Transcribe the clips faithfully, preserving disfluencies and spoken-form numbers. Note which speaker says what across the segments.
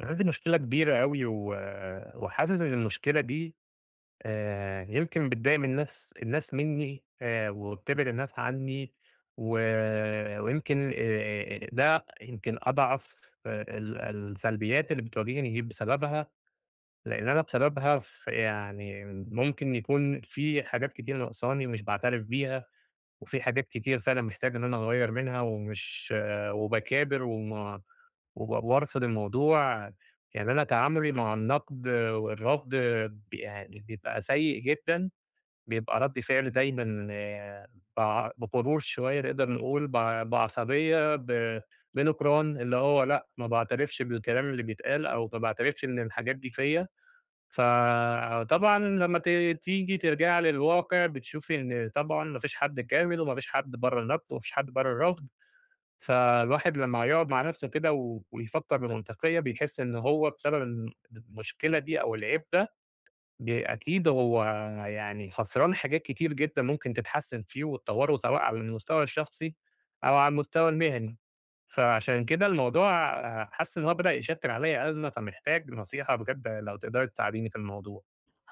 Speaker 1: عندي مشكلة كبيرة أوي و وحاسس إن المشكلة دي آآ يمكن بتضايق من الناس الناس منّي، آآ وبتبعد الناس عنّي، و ويمكن آآ ده يمكن أضعف آآ ال السلبيات اللي بتواجهني دي بسببها، لإن أنا بسببها ف يعني ممكن يكون في حاجات كتير ناقصاني مش باعترف بيها، وفي حاجات كتير فعلًا محتاج إن أنا أغيّر منها، ومش وباكابر وم وب وارفض الموضوع. يعني أنا تعاملي مع النقد والرفض ب يعني بيبقى سيء جدًا، بيبقى رد فعل دايمًا آه، بع بغرور شوية نقدر نقول، بع بعصبية، ب بنكران، اللي هو لأ، ما باعترفش بالكلام اللي بيتقال، أو ما باعترفش إن الحاجات دي فيّا. فطبعًا لمّا ت تيجي ترجعي للواقع بتشوفي إن طبعًا ما فيش حد كامل، وما فيش حد برّه النقد، وما فيش حد برّه الرفض. فالواحد لمّا يقعد مع نفسه كده و ويفكّر بمنطقية، بيحس إن هو بسبب الم المشكلة دي أو العيب ده، ب أكيد هو يعني خسران حاجات كتير جدًا ممكن تتحسّن فيه وتطوّره، سواء على المستوى الشخصي أو على المستوى المهني. فعشان كده الموضوع آه، حاسس إن هو بدأ يشكّل عليّا أزمة، فمحتاج نصيحة بجد لو تقدري تساعديني في الموضوع.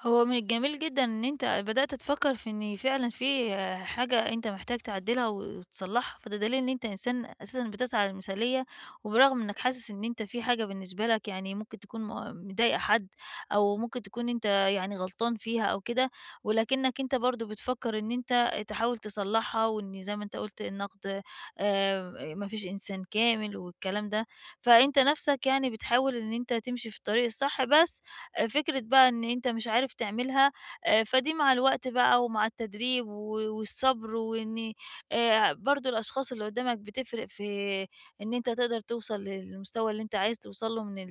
Speaker 2: هو من الجميل جدًا إن أنت بدأت تفكّر في إن فعلًا في حاجة أنت محتاج تعدّلها وتصلّحها، فده دليل إن أنت إنسان أساسًا بتسعى للمثالية، وبرغم إنك حاسس إن أنت في حاجة بالنسبة لك يعني ممكن تكون م مضايقة حد، أو ممكن تكون أنت يعني غلطان فيها أو كده، ولكنك أنت برضه بتفكّر إن أنت تحاول تصلّحها، وإن زي ما أنت قُلت النقد آآ ما فيش إنسان كامل والكلام ده. فأنت نَفْسك يعني بتحاول إن أنت تمشي في الطريق الصح، بس آآ فكرة بقى إن أنت مش عارف تعملها، آآ فدي مع الوقت بقى ومع التدريب و والصبر، وإن آآ برضه الأشخاص اللي قدّامك بتفرق في إن أنت تقدر توصل للمستوى اللي أنت عايز توصل له من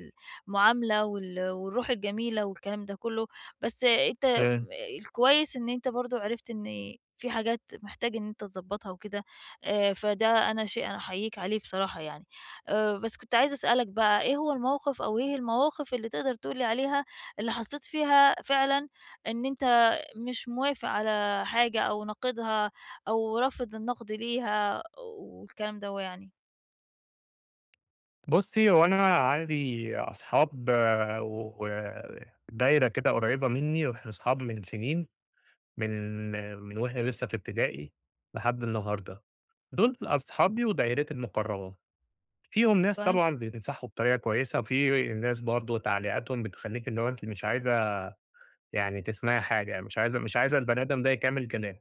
Speaker 2: المعاملة وال والروح الجميلة والكلام ده كله. بس أنت
Speaker 1: آآ
Speaker 2: م الكويس إن أنت برضه عرفت إن في حاجات محتاج إن أنت تضبّطها وكده. آآ فده أنا شيء أنا أحييك عليه بصراحة يعني. آآ بس كنت عايزة أسألك بقى إيه هو الموقف أو إيه المواقف اللي تقدر تقول لي عليها اللي حسيت فيها فعلًا إن أنت مش موافق على حاجة أو ناقدها أو رافض النقد ليها والكلام دوّة يعني؟
Speaker 1: بُصّي، هو أنا عندي أصحاب آه، و ودايرة كده قريّبة منّي، وإحنا أصحاب من سنين. من من وإحنا لسه في ابتدائي لحد النهارده، دول أصحابي ودايرتي المقربة. فيهم ناس
Speaker 2: كويس.
Speaker 1: طبعًا بينصحوا بطريقة كويسة، وفي ناس برضه تعليقاتهم بتخلّيكِ اللي هو أنتِ مش عايزة يعني تسمعي حاجة، يعني مش عايزة مش عايزة البني آدم ده يكمل كلام،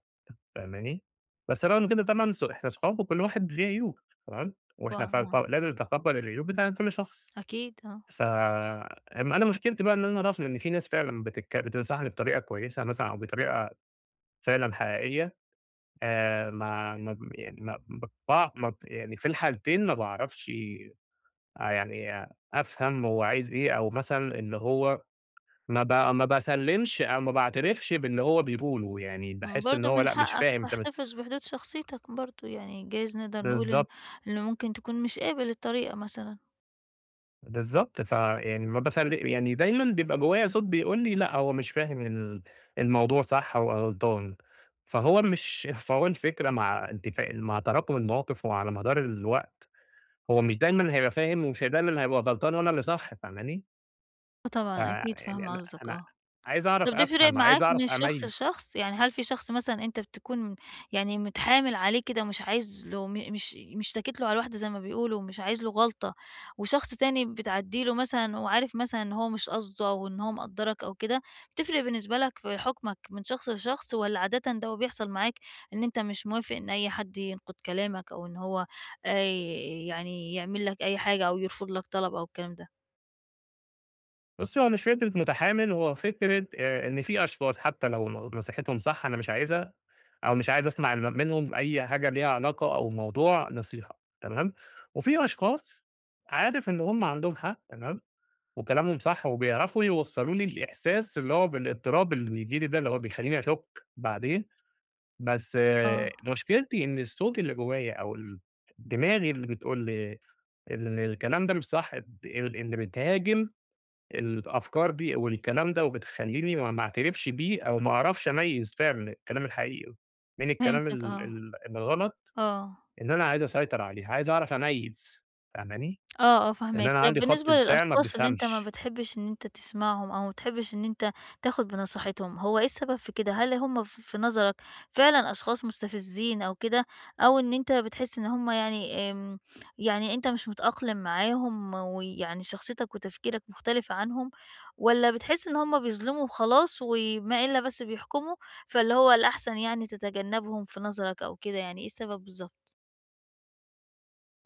Speaker 1: فاهماني؟ بس رغم كده طبعًا ص إحنا صحاب وكل واحد ليه عيوب، تمام؟ وإحنا
Speaker 2: طبعًا
Speaker 1: ف ف
Speaker 2: آه،
Speaker 1: لازم نتقبل العيوب بتاعة كل شخص.
Speaker 2: أكيد آه.
Speaker 1: ف أما أنا مشكلتي بقى إن أنا رافض إن في ناس فعلًا بتتك بتنصحني بطريقة كويسة مثلًا أو بطريقة فعلًا حقيقية. آآ ما ما ب يعني ما باقطع ما ب يعني في الحالتين ما باعرفش آآ يعني أفهم هو عايز إيه، أو مثلًا إن هو ما ب ما باسلِّمش أو ما باعترفش باللي هو بيقوله، يعني
Speaker 2: امم،
Speaker 1: باحس إن
Speaker 2: برضه
Speaker 1: هو
Speaker 2: من
Speaker 1: لأ مش
Speaker 2: حقك
Speaker 1: فاهم أنت بت
Speaker 2: تحتفظ بحدود شخصيتك برضه، يعني جايز نقدر نقول إن
Speaker 1: بالضبط،
Speaker 2: إنه ممكن تكون مش قابل الطريقة مثلًا.
Speaker 1: بالضبط. فيعني ما باسل يعني دايمًا بيبقى جوايا صوت بيقول لي لأ هو مش فاهم ال الموضوع صح، هو غلطان. فهو مش فهو الفكرة مع انتفا مع تراكم المواقف وعلى مدار الوقت هو مش دايمًا هيبقى فاهم، ومش دايمًا هيبقى غلطان وأنا اللي صح، فاهماني؟
Speaker 2: آه طبعًا، أكيد
Speaker 1: فيعني
Speaker 2: فاهمة
Speaker 1: أنا
Speaker 2: قصدك،
Speaker 1: أنا
Speaker 2: آه.
Speaker 1: عايز
Speaker 2: طب
Speaker 1: أعرف
Speaker 2: بتفرق
Speaker 1: أفهم، عايز
Speaker 2: معاك
Speaker 1: أعرف
Speaker 2: من شخص
Speaker 1: أميّز.
Speaker 2: لشخص؟ يعني هل في شخص مثلًا أنت بتكون يعني متحامل عليه كده ومش عايز له م مش مش ساكت له على الواحدة زي ما بيقولوا ومش عايز له غلطة، وشخص تاني بتعدّي له مثلًا وعارف مثلًا إن هو مش قصده أو إن هو مقدّرك أو كده، بتفرق بالنسبة لك في حكمك من شخص لشخص والّا عادةً ده هو بيحصل معاك إن أنت مش موافق إن أي حد ينقد كلامك أو إن هو آآ يعني يعمل لك أي حاجة أو يرفض لك طلب أو الكلام ده؟
Speaker 1: بُصّي، هو مش فكرة متحامل، هو فكرة آآ إن في أشخاص حتى لو ن نصيحتهم صح أنا مش عايزها، أو مش عايز أسمع م منهم أي حاجة ليها علاقة أو موضوع نصيحة، تمام؟ وفي أشخاص عارف إن هم عندهم حق، تمام؟ وكلامهم صح، وبيعرفوا يوصّلوا لي الإحساس اللي هو بالاضطراب اللي بييجي لي ده، اللي هو بيخلّيني أشُك بعدين. بس آآ،
Speaker 2: آه،
Speaker 1: مشكلتي إن الصوت اللي جوايا أو ال دماغي اللي بتقول لي إن الكلام ده مش صح، ب اللي بتهاجم الأفكار دي والكلام ده، وبتخلّيني ما ما أعترفش بيه، أو ما أعرفش أميّز فعلًا الكلام الحقيقي من الكلام
Speaker 2: فهمتك
Speaker 1: ال
Speaker 2: آه،
Speaker 1: ال الغلط.
Speaker 2: آه.
Speaker 1: إن أنا عايز أسيطر عليه، عايز أعرف أميّز، فاهماني؟
Speaker 2: آه، آه
Speaker 1: لإن
Speaker 2: فاهماك.
Speaker 1: أنا
Speaker 2: طب
Speaker 1: عندي خط
Speaker 2: بالنسبة
Speaker 1: دفاع ما
Speaker 2: للأشخاص اللي أنت ما
Speaker 1: بيفهمش.
Speaker 2: بتحبّش إن أنت تسمعهم أو ما بتحبّش إن أنت تاخُد بنصيحتهم، هو إيه السبب في كده؟ هل هم ف في نظرك فعلًا أشخاص مستفزين أو كده، أو إن أنت بتحس إن هم يعني آمم، يعني أنت مش متأقلم معاهم ويعني شخصيتك وتفكيرك مختلفة عنهم، والّا بتحس إن هم بيظلموا وخلاص وما إلا بس بيحكموا، فاللي هو الأحسن يعني تتجنّبهم في نظرك أو كده يعني، إيه السبب بالضبط؟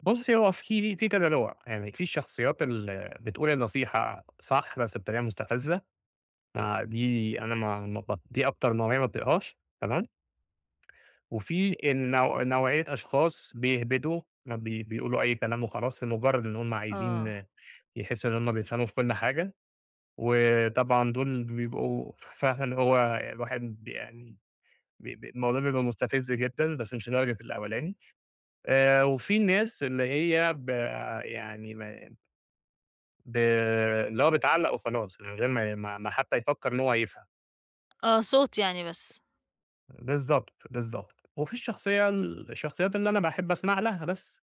Speaker 1: بُصّي، هو في في كذا نوع، يعني في الشخصيات اللي بتقول النصيحة صح بس بطريقة مستفزة. آه، دي أنا ما ما ب دي أكتر نوعية ما باطيقهاش، تمام. وفي النوع نوعية أشخاص بيهبدوا ما بي بيقولوا أي كلام وخلاص لمجرد إن هم عايزين
Speaker 2: آه،
Speaker 1: آه، يحسوا إن هم بيفهموا في كل حاجة، وطبعًا دول بيبقوا فعلًا هو الواحد بي- يعني بي بي الموضوع بيبقى مستفز جدًا بس مش لدرجة الأولاني. آآ، وفي ناس اللي هي ب يعني ما ب اللي هو بتعلّق وخلاص من غير ما ما ما حتى يفكر إن هو يفهم.
Speaker 2: آه صوت يعني بس.
Speaker 1: بالضبط، بالضبط. وفي الشخصية ال الشخصيات اللي أنا باحب أسمع لها بس.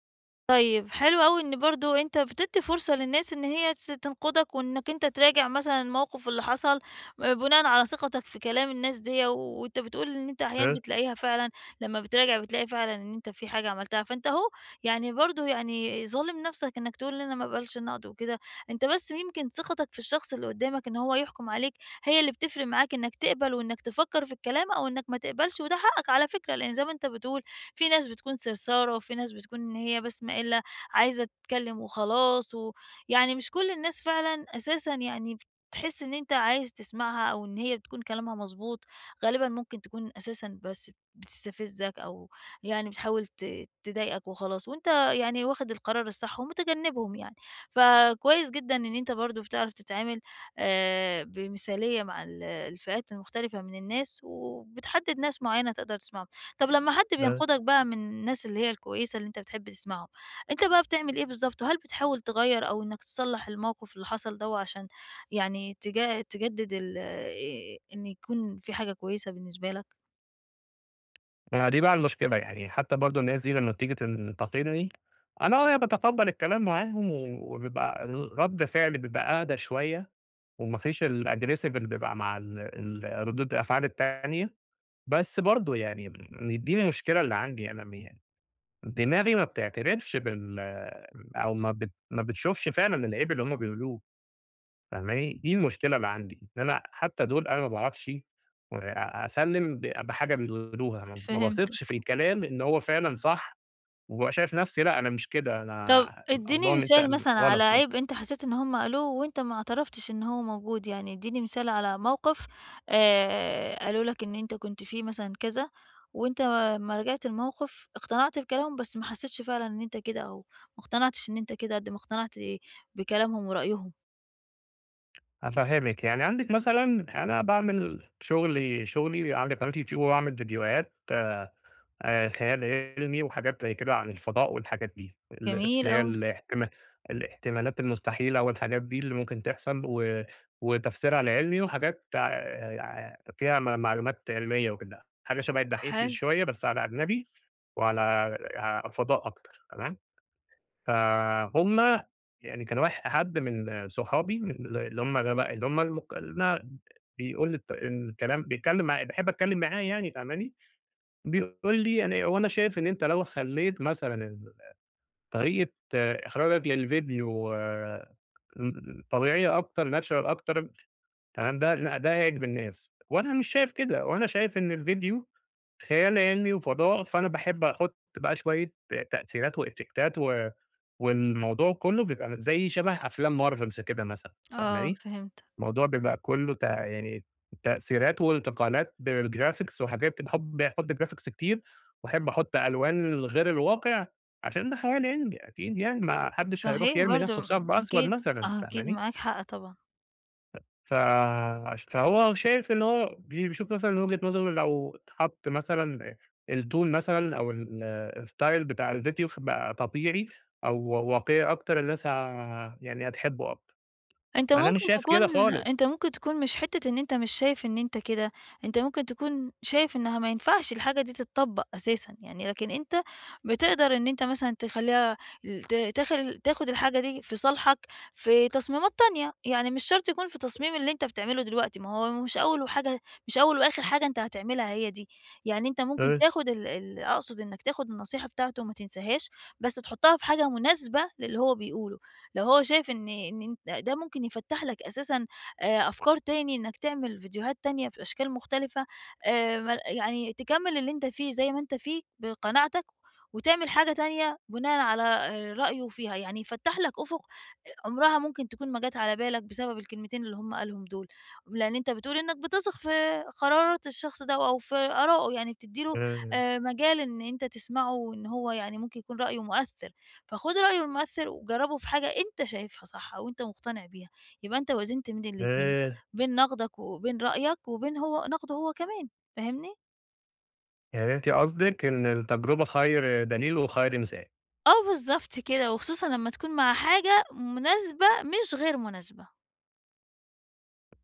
Speaker 2: طيب حلو أوي إن برضه أنت بتدّي فرصة للناس إن هي تس تنقدك وإنك أنت تراجع مثلًا الموقف اللي حصل، آآ، بناءً على ثقتك في كلام الناس ديّة، وأنت بتقول إن أنت أحيانًا
Speaker 1: إمم،
Speaker 2: بتلاقيها فعلًا لمّا بتراجع بتلاقي فعلًا إن أنت في حاجة عملتها، فأنت أهو يعني برضه يعني ظالم نفسك إنك تقول ان أنا ما باقبلش النقد وكده. أنت بس يمكن ثقتك في الشخص اللي قدّامك إن هو يحكم عليك هي اللي بتفرق معاك إنك تقبل وإنك تفكّر في الكلام أو إنك ما تقبلش، وده حقك على فكرة، لإن زي ما أنت بتقول في ناس بتكون سرسارة وفي ناس بتكون إن هي بس ما إلا عايزة تتكلم وخلاص، ويعني مش كل الناس فعلًا أساسًا يعني بتحس إن أنت عايز تسمعها أو إن هي بتكون كلامها مضبوط، غالبًا ممكن تكون أساسًا بس بتستفزك أو يعني بتحاول ت تضايقك وخلاص، وأنت يعني واخد القرار الصح ومتجنبهم يعني. فكويس جدًا إن أنت برضه بتعرف تتعامل آآ، بمثالية مع ال الفئات المختلفة من الناس، وبتحدد ناس معينة تقدر تسمعهم. طب لمّا حد
Speaker 1: إمم.
Speaker 2: بينقدك بقى من الناس اللي هي الكويسة اللي أنت بتحب تسمعهم، أنت بقى بتعمل إيه بالضبط؟ وهل بتحاول تغيّر أو إنك تصلّح الموقف اللي حصل دوّة عشان يعني تجا تجدد ال آآ إن يكون في حاجة كويسة بالنسبة لك؟
Speaker 1: ما دي بقى المشكلة، يعني حتى برضه الناس دي لمّا بتيجي تنتقدني، أنا آه باتقبّل الكلام معاهم، و وبيبقى ال رَد فعلي بيبقى أهدى شوية، وما فيش الaggressive اللي بيبقى مع ال ال ردود الأفعال التانية. بس برضه يعني م دي المشكلة اللي عندي، أنا م دماغي ما بتعترفش بال أو ما بت ما بتشوفش فعلًا العيب اللي هم بيقولوه. فاهماني؟ دي المشكلة اللي عندي، إن أنا حتى دول أنا ما باعرفش آآ أسلِّم ب بحاجة بيقولوها، ما ما
Speaker 2: فهمت.
Speaker 1: باثقش في الكلام إن هو فعلًا صح، وبابقى شايف نفسي لأ أنا مش كده، أنا
Speaker 2: طب
Speaker 1: الموضوع
Speaker 2: ادّيني
Speaker 1: إن أنت
Speaker 2: مثال مثلًا على
Speaker 1: غلط
Speaker 2: عيب
Speaker 1: خالص.
Speaker 2: أنت حسيت إن هم قالوه وأنت ما اعترفتش إن هو موجود، يعني ادّيني مثال على موقف آآ قالوا لك إن أنت كنت فيه مثلًا كذا، وأنت أمّا راجعت الموقف اقتنعت بكلامهم بس ما حسيتش فعلًا إن أنت كده أو ما اقتنعتش إن أنت كده قد ما اقتنعت بكلامهم ورأيهم.
Speaker 1: هافهّمِك، يعني عندِك مثلًا أنا باعمل شغلي شغلي عندي قناة يوتيوب وباعمل فيديوهات آآ خيال علمي وحاجات زي كده عن الفضاء والحاجات دي، ال
Speaker 2: جميل
Speaker 1: اللي هي
Speaker 2: أوي.
Speaker 1: الاحتما الاحتمالات المستحيلة والحاجات دي اللي ممكن تحصل و وتفسيرها العلمي، وحاجات ع فيها م معلومات علمية وكده، حاجة شبه الدحيح
Speaker 2: حلو.
Speaker 1: بشوية بس على أجنبي وعلى ع فضاء أكتر، تمام؟ فهُم يعني كان واح حد من صحابي ال اللي هُم الغبا اللي هُم المك اللي أنا بيقول الت الكلام بيتكلم معايا باحب أتكلم معاه، يعني فاهماني؟ بيقول لي أنا، هو أنا شايف إن أنت لو خلّيت مثلًا ال طريقة آه، إخراجك للفيديو آه، م طبيعية أكتر، natural أكتر، تمام؟ ده لأ ده هيعجب الناس، وأنا مش شايف كده. وأنا شايف إن الفيديو خيال علمي وفضاء، فأنا باحب أحُط بقى شوية تأثيرات وإفكتات، و والموضوع كلّه بيبقى زي شبه أفلام marvels كده مثلًا،
Speaker 2: آه
Speaker 1: فاهماني؟
Speaker 2: فهمتك.
Speaker 1: الموضوع بيبقى كُلّه ت يعني تأثيرات والتقالات بالgraphics، وحاجات باحب أحط graphics كتير، وأحب أحط ألوان غير الواقع عشان ده خيال علمي أكيد يعني، ما حدّش هيروح
Speaker 2: صحيح
Speaker 1: يرمي
Speaker 2: برضه
Speaker 1: نَفْسه في
Speaker 2: م
Speaker 1: شَبْر أسود
Speaker 2: أكيد،
Speaker 1: مثلًا،
Speaker 2: آه، أكيد
Speaker 1: فاهماني؟
Speaker 2: معاك حق طبعًا.
Speaker 1: ف عش فهو شايف إن هو بي بيشوف مثلًا من وجهة نظره لو اتحط مثلًا الTool مثلًا أو ال الstyle بتاع الفيديو فبقى طبيعي أو واقعي أكتر، الناس ه يعني هتحبّه أكتر.
Speaker 2: أنت
Speaker 1: أنا مش
Speaker 2: ممكن
Speaker 1: شايف كده
Speaker 2: تكون أنت
Speaker 1: خالص.
Speaker 2: ممكن تكون مش حتّة إن أنت مش شايف إن أنت كده. أنت ممكن تكون شايف إنها ما ينفعش الحاجة دي تتطبّق أساسًا يعني، لكن أنت بتقدر إن أنت مثلًا تخلّيها ت تاخل تاخد الحاجة دي في صالحك في تصميمات تانية، يعني مش شرط يكون في تصميم اللي أنت بتعمله دلوقتي، ما هو مش أول وحاجة مش أول وآخر حاجة أنت هتعملها هي دي، يعني أنت ممكن
Speaker 1: إمم،
Speaker 2: تاخد ال ال أقصد إنك تاخد النصيحة بتاعته وما تنساهاش، بس تحطّها في حاجة مناسبة للي هو بيقوله. لو هو شايف إن إن أنت ده ممكن يفتّح لك أساسًا آآ أفكار تاني إنّك تعمل فيديوهات تانية بأشكال مختلفة، آآ مل يعني تكمّل اللي أنت فيه زي ما أنت فيه بقناعتك، وتعمل حاجة تانية بناءً على آآ رأيه فيها، يعني يفتّح لك أُفُق عمرها ممكن تكون ما جات على بالك بسبب الكلمتين اللي هم قالهم دول، لإن أنت بتقول إنّك بتثق في قرارات الشخص ده أو في آرائه، يعني بتدّي له
Speaker 1: إمم.
Speaker 2: آآ مجال إن أنت تسمعه وإن هو يعني ممكن يكون رأيه مؤثّر. فخُد رأي الممثل وجرّبه في حاجة أنت شايفها صح أو أنت مقتنع بيها، يبقى أنت وازنت بين الاتنين،
Speaker 1: آآ،
Speaker 2: بين نقدك وبين رأيك وبين هو نقده هو كمان، فاهمني؟
Speaker 1: يعني أنتِ قصدِك إن التجربة خير دليل وخير مثال.
Speaker 2: آه بالضبط كده، وخصوصًا لمّا تكون مع حاجة مناسبة مش غير مناسبة.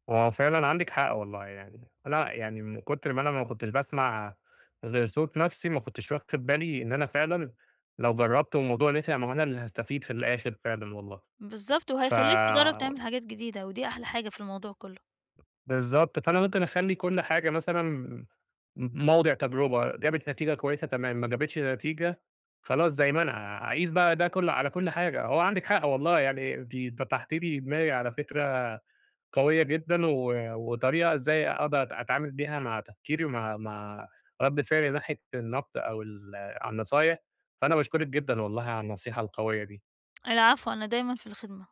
Speaker 1: هو فعلًا عندِك حق والله يعني، أنا يعني من كتر ما أنا ما كنتش باسمع غير صوت نفسي، ما كنتش واخد بالي إن أنا فعلًا لو جرّبت والموضوع نفع ما هو أنا اللي هاستفيد في الآخر فعلًا والله.
Speaker 2: بالضبط،
Speaker 1: ف
Speaker 2: وهيخلّيك تجرّب تعمل حاجات جديدة ودي أحلى حاجة في الموضوع كُلّه.
Speaker 1: بالضبط. فأنا ممكن أخلّي كل حاجة مثلًا موضع تجربة، جابت نتيجة كويسة تمام، ما جابتش نتيجة خلاص زي ما أنا، أقيس بقى ده كل على كل حاجة. هو عندِك حق والله يعني، أنتِ فتحتِ لي دماغي على فكرة قوية جدًا، و وطريقة إزاي أقدر أتعامل بيها مع تفكيري ومع مع رد فعلي ناحية النقد أو ال النصايح. فأنا باشكرِك جدًا والله على النصيحة القوية دي.
Speaker 2: العفو، أنا دايمًا في الخدمة.